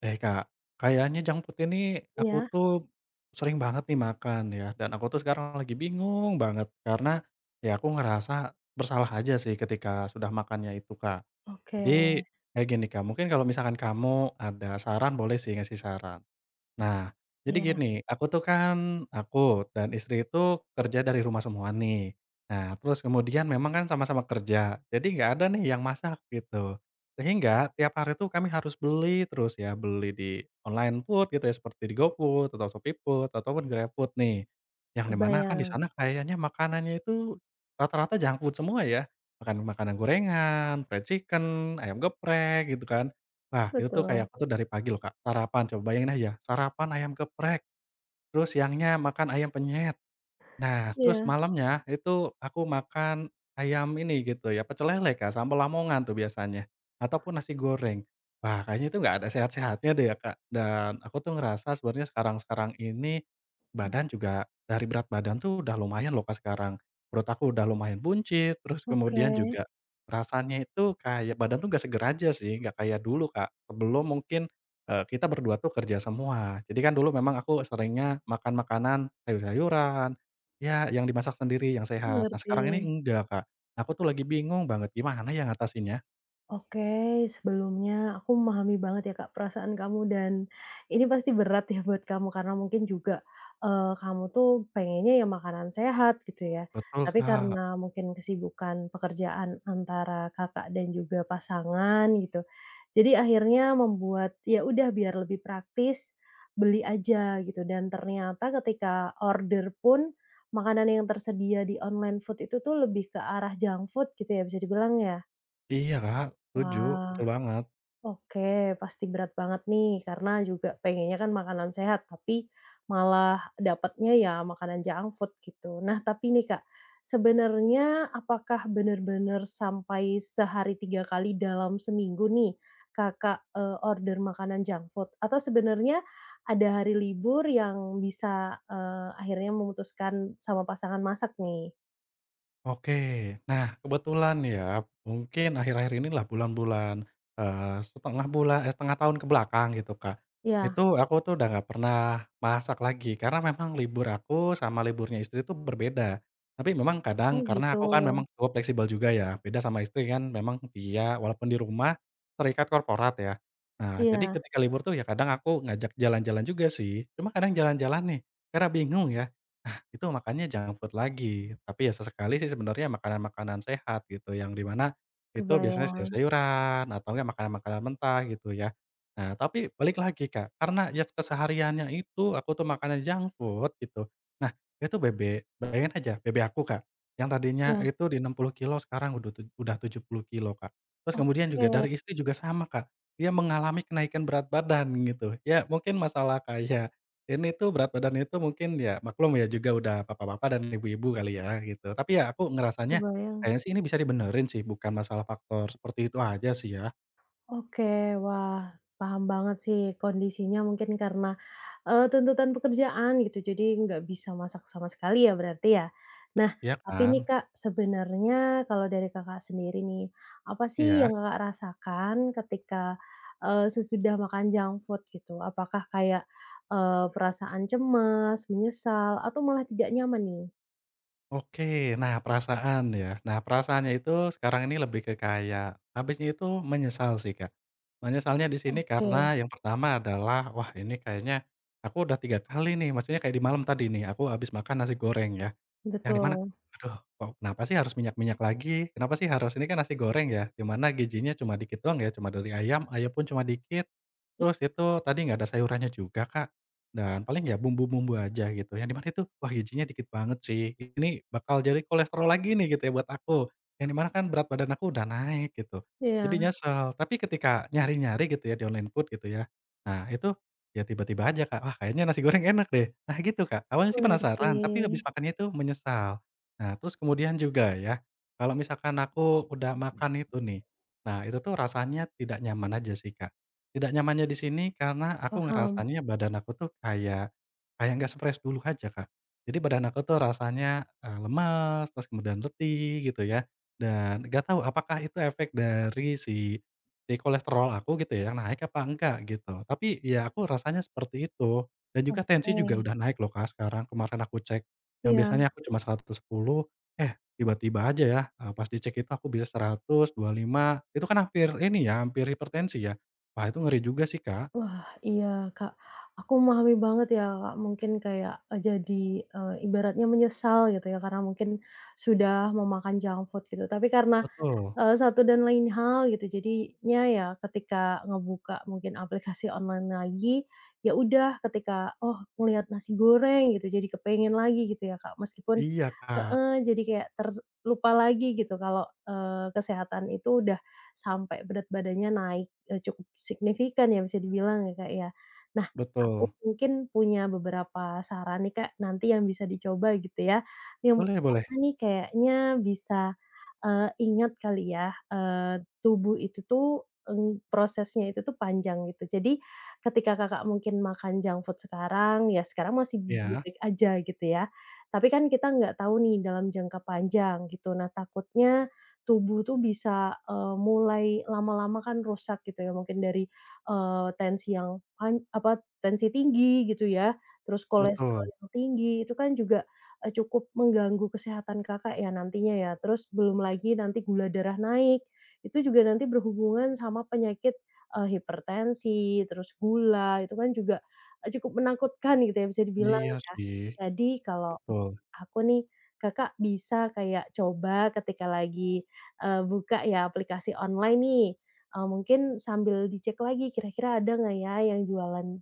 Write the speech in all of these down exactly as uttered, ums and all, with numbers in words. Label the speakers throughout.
Speaker 1: Eh Kak, kayaknya junk food ini aku
Speaker 2: Iya,
Speaker 1: tuh sering banget nih makan ya, dan aku tuh sekarang lagi bingung banget karena ya aku ngerasa bersalah aja sih ketika sudah makannya itu Kak. Jadi
Speaker 2: oke,
Speaker 1: kayak gini Kak, mungkin kalau misalkan kamu ada saran boleh sih ngasih saran. Nah, jadi
Speaker 2: iya
Speaker 1: gini, aku tuh kan aku dan istri itu kerja dari rumah semua nih. Nah, terus kemudian memang kan sama-sama kerja, jadi nggak ada nih yang masak gitu. Sehingga tiap hari tuh kami harus beli terus ya, beli di online food gitu ya, seperti di GoFood atau ShopeeFood ataupun GrabFood nih. Yang di mana kan di
Speaker 2: kebayang,
Speaker 1: sana kayaknya makanannya itu rata-rata junk food semua ya. Makan makanan gorengan, fried chicken, ayam geprek gitu kan. Nah, itu tuh kayak
Speaker 2: betul,
Speaker 1: aku tuh dari pagi loh, Kak, sarapan coba bayangin aja, sarapan ayam geprek, terus siangnya makan ayam penyet. Nah, terus
Speaker 2: iya,
Speaker 1: malamnya itu aku makan ayam ini gitu ya, pecel lele, Kak, sambal Lamongan tuh biasanya, ataupun nasi goreng. Wah, kayaknya itu nggak ada sehat-sehatnya deh ya, Kak. Dan aku tuh ngerasa sebenarnya sekarang-sekarang ini badan juga dari berat badan tuh udah lumayan loh, Kak, sekarang. Perut aku udah lumayan buncit, terus
Speaker 2: oke,
Speaker 1: kemudian juga rasanya itu kayak badan tuh nggak seger aja sih, nggak kayak dulu, Kak. Sebelum mungkin, eee, kita berdua tuh kerja semua. Jadi kan dulu memang aku seringnya makan makanan sayur-sayuran, ya, yang dimasak sendiri, yang sehat. Nah,
Speaker 2: ngerti.
Speaker 1: sekarang ini enggak, Kak. Aku tuh lagi bingung banget gimana ya ngatasinnya.
Speaker 2: Oke, sebelumnya aku memahami banget ya Kak perasaan kamu dan ini pasti berat ya buat kamu karena mungkin juga, eee, kamu tuh pengennya ya makanan sehat gitu ya.
Speaker 1: Betul,
Speaker 2: Tapi
Speaker 1: Kak.
Speaker 2: karena mungkin kesibukan pekerjaan antara Kakak dan juga pasangan gitu, jadi akhirnya membuat ya udah biar lebih praktis, beli aja gitu dan ternyata ketika order pun, makanan yang tersedia di online food itu tuh lebih ke arah junk food gitu ya bisa dibilang ya?
Speaker 1: Iya, Kak, setuju,
Speaker 2: Wah.
Speaker 1: betul banget.
Speaker 2: Oke, pasti berat banget nih karena juga pengennya kan makanan sehat, tapi malah dapatnya ya makanan junk food gitu. Nah, tapi nih Kak, sebenarnya apakah benar-benar sampai sehari tiga kali dalam seminggu nih Kakak, eee, order makanan junk food? Atau sebenarnya ada hari libur yang bisa, eee, akhirnya memutuskan sama pasangan masak nih?
Speaker 1: Oke. Nah, kebetulan ya, mungkin akhir-akhir inilah bulan-bulan, eee, setengah bulan eh, setengah tahun ke belakang gitu, Kak.
Speaker 2: Ya,
Speaker 1: Itu aku tuh udah nggak pernah masak lagi, karena memang libur aku sama liburnya istri tuh berbeda. Tapi memang kadang
Speaker 2: oh
Speaker 1: karena
Speaker 2: gitu.
Speaker 1: aku kan memang cukup fleksibel juga ya, beda sama istri kan memang dia walaupun di rumah terikat korporat ya. Nah, jadi
Speaker 2: Iya,
Speaker 1: ketika libur tuh ya kadang aku ngajak jalan-jalan juga sih, cuma kadang jalan-jalan nih, karena bingung ya itu makannya junk food lagi. Tapi ya sesekali sih sebenarnya makanan-makanan sehat gitu, yang di mana itu biasanya
Speaker 2: kebayang.
Speaker 1: sayur-sayuran atau enggak makanan-makanan mentah gitu ya. Nah, tapi balik lagi, Kak, karena ya kesehariannya itu aku tuh makannya junk food gitu. Nah, itu B B, bayangin aja B B aku, Kak, yang tadinya
Speaker 2: Iya,
Speaker 1: itu di enam puluh kilo sekarang udah tu udah tujuh puluh kilo Kak. Terus kemudian juga
Speaker 2: oke,
Speaker 1: dari istri juga sama, Kak, dia mengalami kenaikan berat badan gitu. Ya mungkin masalah kayak ini tuh berat badan itu mungkin ya maklum ya juga udah papa-papa dan ibu-ibu kali ya gitu. Tapi ya aku ngerasanya
Speaker 2: kebayang.
Speaker 1: kayaknya sih ini bisa dibenerin sih bukan masalah faktor seperti itu aja sih ya,
Speaker 2: Oke, wah, paham banget sih kondisinya mungkin karena, eee, tuntutan pekerjaan gitu jadi nggak bisa masak sama sekali ya berarti ya? Nah
Speaker 1: iya
Speaker 2: tapi
Speaker 1: kan?
Speaker 2: nih Kak sebenarnya kalau dari Kakak sendiri nih, apa sih
Speaker 1: Iya.
Speaker 2: yang Kakak rasakan ketika, eee, sesudah makan junk food gitu? Apakah kayak, eee, perasaan cemas, menyesal, atau malah tidak nyaman nih?
Speaker 1: Oke, nah perasaan ya. Nah perasaannya itu sekarang ini lebih ke kayak habisnya itu menyesal sih, Kak. Menyesalnya di sini
Speaker 2: Oke,
Speaker 1: karena yang pertama adalah wah ini kayaknya aku udah tiga kali nih maksudnya kayak di malam tadi nih aku habis makan nasi goreng ya. Yang di mana,
Speaker 2: betul.
Speaker 1: aduh kok kenapa sih harus minyak-minyak lagi, kenapa sih harus ini kan nasi goreng ya, di mana gizinya cuma dikit doang ya, cuma dari ayam, ayam pun cuma dikit, terus itu tadi nggak ada sayurannya juga Kak, dan paling ya bumbu-bumbu aja gitu, yang di mana itu, wah gizinya dikit banget sih, ini bakal jadi kolesterol lagi nih gitu ya buat aku, yang di mana kan berat badan aku udah naik gitu, jadi
Speaker 2: Iya,
Speaker 1: nyesel. Tapi ketika nyari-nyari gitu ya di online food gitu ya, nah itu ya tiba-tiba aja Kak, "Wah kayaknya nasi goreng enak deh." Nah gitu Kak, awalnya
Speaker 2: aku
Speaker 1: sih
Speaker 2: ngerti,
Speaker 1: penasaran, tapi habis makannya itu menyesal. Nah terus kemudian juga ya, kalau misalkan aku udah makan itu nih, nah itu tuh rasanya tidak nyaman aja sih Kak. Tidak nyamannya di sini karena aku
Speaker 2: paham,
Speaker 1: ngerasanya badan aku tuh kayak kayak nggak sefresh dulu aja Kak. Jadi badan aku tuh rasanya, eee, lemes, terus kemudian letih gitu ya, dan nggak tahu apakah itu efek dari si di kolesterol aku gitu ya, yang naik apa enggak gitu. Tapi ya aku rasanya seperti itu, dan juga tensi juga
Speaker 2: oke,
Speaker 1: udah naik loh Kak sekarang, kemarin aku cek, yang
Speaker 2: iya.
Speaker 1: biasanya aku cuma seratus sepuluh, eh tiba-tiba aja ya, eee, pas dicek itu aku bisa seratus, dua puluh lima, itu kan hampir ini ya, hampir hipertensi ya. Wah itu ngeri juga sih Kak.
Speaker 2: Wah, iya, Kak. Aku memahami banget ya, Kak, mungkin kayak, eee, jadi, eee, ibaratnya menyesal gitu ya, karena mungkin sudah memakan junk food gitu. Tapi karena
Speaker 1: Betul.
Speaker 2: Eee, satu dan lain hal gitu. Jadinya ya ketika ngebuka mungkin aplikasi online lagi, ya udah ketika, oh ngelihat nasi goreng gitu, jadi kepengen lagi gitu ya, Kak. Meskipun
Speaker 1: Iya Kak,
Speaker 2: heeh, jadi kayak terlupa lagi gitu kalau, eee, kesehatan itu udah sampai berat badannya naik, eee, cukup signifikan ya bisa dibilang ya, Kak, ya. Nah, aku
Speaker 1: betul.
Speaker 2: mungkin punya beberapa saran nih, Kak, nanti yang bisa dicoba gitu ya. Yang
Speaker 1: Boleh boleh.
Speaker 2: pertama nih kayaknya bisa eee, ingat kali ya, eee, tubuh itu tuh, eng prosesnya itu tuh panjang gitu. Jadi ketika Kakak mungkin makan junk food sekarang, ya sekarang masih
Speaker 1: Iya,
Speaker 2: baik aja gitu ya. Tapi kan kita nggak tahu nih dalam jangka panjang gitu. Nah takutnya tubuh tuh bisa, eee, mulai lama-lama kan rusak gitu ya, mungkin dari, eee, tensi yang pan apa, tensi tinggi gitu ya, terus kolesterol
Speaker 1: betul.
Speaker 2: yang tinggi, itu kan juga Eee, cukup mengganggu kesehatan Kakak ya nantinya ya, terus belum lagi nanti gula darah naik, itu juga nanti berhubungan sama penyakit, eee, hipertensi, terus gula, itu kan juga, eee, cukup menakutkan gitu ya bisa dibilang
Speaker 1: Iya
Speaker 2: ya.
Speaker 1: sih,
Speaker 2: Jadi kalau
Speaker 1: betul.
Speaker 2: aku nih, Kakak bisa kayak coba ketika lagi, eee, buka ya aplikasi online nih, eee, mungkin sambil dicek lagi kira-kira ada nggak ya yang jualan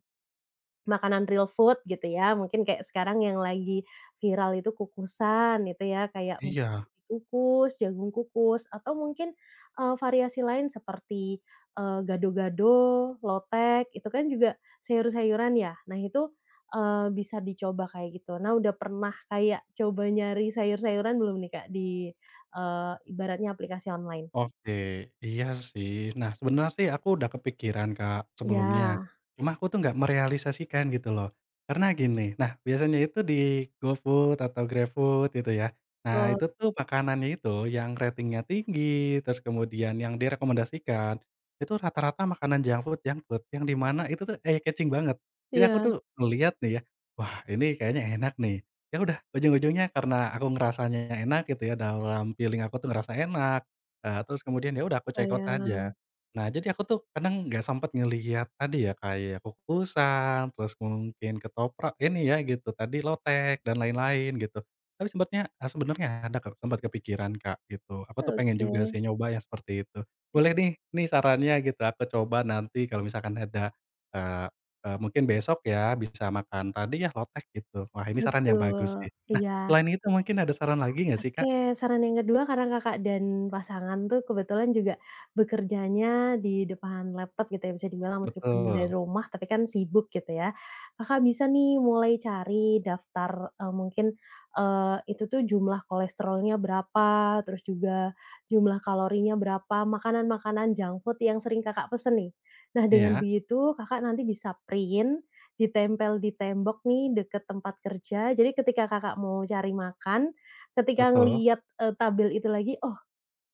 Speaker 2: makanan real food gitu ya, mungkin kayak sekarang yang lagi viral itu kukusan itu ya, kayak mungkin
Speaker 1: Iya.
Speaker 2: ubi kukus, jagung kukus, atau mungkin, eee, variasi lain seperti, eee, gado-gado, lotek, itu kan juga sayur-sayuran ya. Nah itu, eee, bisa dicoba kayak gitu. Nah udah pernah kayak coba nyari sayur-sayuran belum nih Kak di, eee, ibaratnya aplikasi online?
Speaker 1: Oke, iya sih. Nah, sebenarnya sih aku udah kepikiran, Kak, sebelumnya.
Speaker 2: Ya,
Speaker 1: Cuma aku tuh nggak merealisasikan gitu loh. Karena gini, nah biasanya itu di GoFood atau GrabFood gitu ya. Nah,
Speaker 2: betul.
Speaker 1: itu tuh makanannya itu yang ratingnya tinggi, terus kemudian yang direkomendasikan, itu rata-rata makanan junk food junk food yang di mana itu tuh eye-catching banget. Jadi aku
Speaker 2: Iya,
Speaker 1: tuh ngelihat nih ya, wah ini kayaknya enak nih. Ya udah, ujung-ujungnya karena aku ngerasanya enak gitu ya, dalam feeling aku tuh ngerasa enak, Eee, terus kemudian ya udah aku check out
Speaker 2: kebayang.
Speaker 1: aja. Nah, jadi aku tuh kadang nggak sempet ngelihat tadi ya kayak kukusan, terus mungkin ketoprak ini ya gitu, tadi lotek dan lain-lain gitu. Tapi sempatnya eee, sebenarnya ada Kak, sempat kepikiran Kak, gitu. Aku tuh pengen
Speaker 2: Oke.
Speaker 1: juga sih nyoba yang seperti itu. Boleh nih nih sarannya gitu, aku coba nanti kalau misalkan ada, eee eee, mungkin besok ya bisa makan tadi ya lotek gitu. Wah, ini saran yang bagus
Speaker 2: Betul.
Speaker 1: sih.
Speaker 2: Iya.
Speaker 1: Selain itu mungkin ada saran lagi nggak sih Kak?
Speaker 2: Oke, saran yang kedua karena Kakak dan pasangan tuh kebetulan juga bekerjanya di depan laptop gitu ya, bisa dibilang meskipun dari
Speaker 1: Betul.
Speaker 2: rumah tapi kan sibuk gitu ya. Kakak bisa nih mulai cari daftar, eee, mungkin, eee, itu tuh jumlah kolesterolnya berapa, terus juga jumlah kalorinya berapa, makanan-makanan junk food yang sering Kakak pesen nih. Nah dengan
Speaker 1: Iya,
Speaker 2: begitu Kakak nanti bisa print, ditempel di tembok nih deket tempat kerja, jadi ketika Kakak mau cari makan, ketika
Speaker 1: betul.
Speaker 2: ngelihat, eee, tabel itu lagi, oh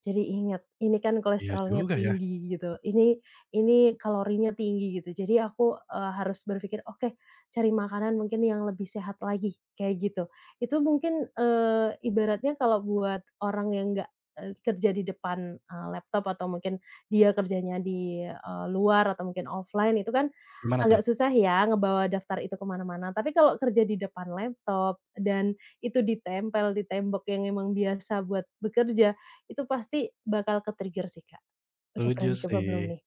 Speaker 2: jadi ingat, ini kan
Speaker 1: Iya
Speaker 2: kolesterolnya
Speaker 1: juga ya,
Speaker 2: tinggi gitu, ini ini kalorinya tinggi gitu. Jadi aku, eee, harus berpikir, "Oke, cari makanan mungkin yang lebih sehat lagi," kayak gitu. Itu mungkin, eee, ibaratnya kalau buat orang yang nggak, eee, kerja di depan, eee, laptop atau mungkin dia kerjanya di, eee, luar atau mungkin offline itu kan
Speaker 1: gimana tuh?
Speaker 2: agak susah ya ngebawa daftar itu kemana mana. Tapi kalau kerja di depan laptop dan itu ditempel di tembok yang emang biasa buat bekerja, itu pasti bakal ke-trigger sih, Kak. Udah
Speaker 1: Setuju
Speaker 2: pernah dicoba
Speaker 1: sih.
Speaker 2: belum nih?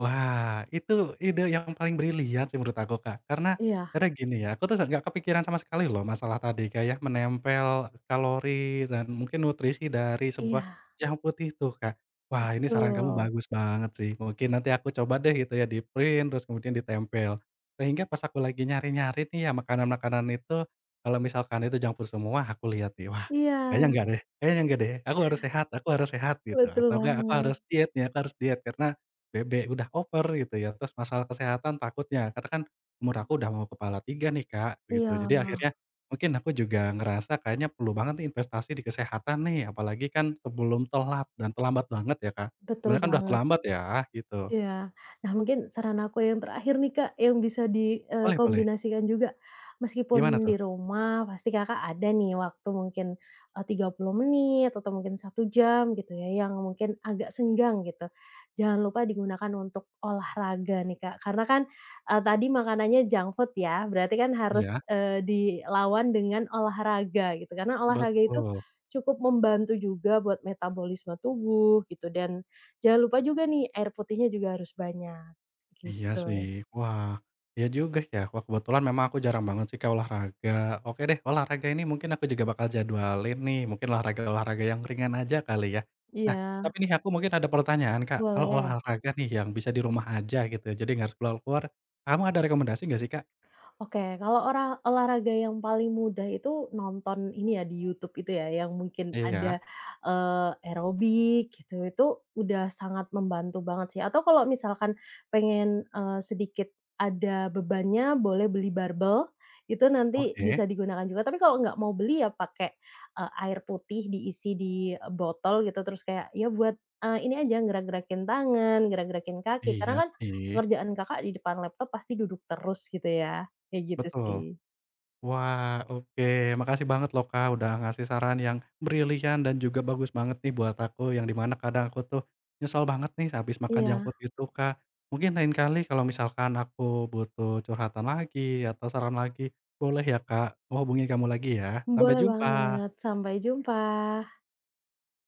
Speaker 1: Wah, itu ide yang paling brilian sih menurut aku, Kak. Karena
Speaker 2: Iya
Speaker 1: karena gini ya, aku tuh nggak kepikiran sama sekali loh masalah tadi kayak menempel kalori dan mungkin nutrisi dari sebuah
Speaker 2: iya,
Speaker 1: yang putih itu, Kak. Wah, ini saran kamu
Speaker 2: betul.
Speaker 1: bagus banget sih. Mungkin nanti aku coba deh gitu ya di-print terus kemudian ditempel. Sehingga pas aku lagi nyari-nyari nih ya makanan-makanan itu, kalau misalkan itu junk food semua aku lihat nih, wah kayaknya
Speaker 2: Iya,
Speaker 1: enggak deh kayaknya enggak deh, aku harus sehat aku harus sehat gitu
Speaker 2: betul
Speaker 1: atau enggak aku
Speaker 2: banget.
Speaker 1: harus diet nih, aku harus diet karena Bebek, udah over gitu ya, terus masalah kesehatan takutnya, karena kan umur aku udah mau kepala tiga nih, Kak,
Speaker 2: Iya,
Speaker 1: gitu. Jadi akhirnya mungkin aku juga ngerasa kayaknya perlu banget nih investasi di kesehatan nih, apalagi kan sebelum telat dan terlambat banget ya, Kak.
Speaker 2: betul
Speaker 1: Sebenarnya kan udah
Speaker 2: banget.
Speaker 1: terlambat ya, gitu.
Speaker 2: Iya. Nah, mungkin saran aku yang terakhir nih, Kak, yang bisa
Speaker 1: Boleh boleh,
Speaker 2: dikombinasikan juga.
Speaker 1: gimana
Speaker 2: Meskipun
Speaker 1: tuh?
Speaker 2: di rumah pasti Kakak ada nih waktu mungkin, eh, tiga puluh menit atau mungkin satu jam gitu ya, yang mungkin agak senggang gitu. Jangan lupa digunakan untuk olahraga nih, Kak. Karena kan, eee, tadi makanannya junk food ya, berarti kan
Speaker 1: Iya,
Speaker 2: harus, eee, dilawan dengan olahraga gitu. Karena olahraga itu
Speaker 1: betul.
Speaker 2: cukup membantu juga buat metabolisme tubuh gitu dan jangan lupa juga nih, air putihnya juga harus banyak,
Speaker 1: Iya sih.
Speaker 2: gitu.
Speaker 1: Wah, iya juga ya. Wah, kebetulan memang aku jarang banget sih, Kak, olahraga. Oke deh, olahraga ini mungkin aku juga bakal jadwalin nih, mungkin olahraga-olahraga yang ringan aja kali ya. Nah,
Speaker 2: Iya,
Speaker 1: tapi nih aku mungkin ada pertanyaan, Kak. Kalau
Speaker 2: boleh.
Speaker 1: olahraga nih yang bisa di rumah aja gitu, jadi nggak harus keluar-keluar, kamu ada rekomendasi nggak sih, Kak?
Speaker 2: Oke, kalau orang olahraga yang paling mudah itu nonton ini ya, di YouTube itu ya, yang mungkin
Speaker 1: Iya,
Speaker 2: ada, eee, aerobik gitu, itu udah sangat membantu banget sih, atau kalau misalkan pengen, eee, sedikit ada bebannya boleh beli barbel, itu nanti
Speaker 1: oke.
Speaker 2: bisa digunakan juga. Tapi kalau nggak mau beli ya pakai, eee, air putih diisi di botol gitu, terus kayak ya buat, eee, ini aja gerak-gerakin tangan, gerak-gerakin kaki, karena
Speaker 1: Iya
Speaker 2: kan
Speaker 1: sih,
Speaker 2: pekerjaan Kakak di depan laptop pasti duduk terus gitu ya. Kayak gitu
Speaker 1: betul.
Speaker 2: sih.
Speaker 1: Wah, oke. Makasih banget loh, Kak, udah ngasih saran yang brilian dan juga bagus banget nih buat aku, yang di mana kadang aku tuh nyesel banget nih habis makan junk
Speaker 2: Iya,
Speaker 1: food itu, Kak. Mungkin lain kali kalau misalkan aku butuh curhatan lagi atau saran lagi, boleh ya, Kak, mau hubungi kamu lagi ya. Sampai
Speaker 2: boleh banget.
Speaker 1: jumpa.
Speaker 2: Sampai jumpa.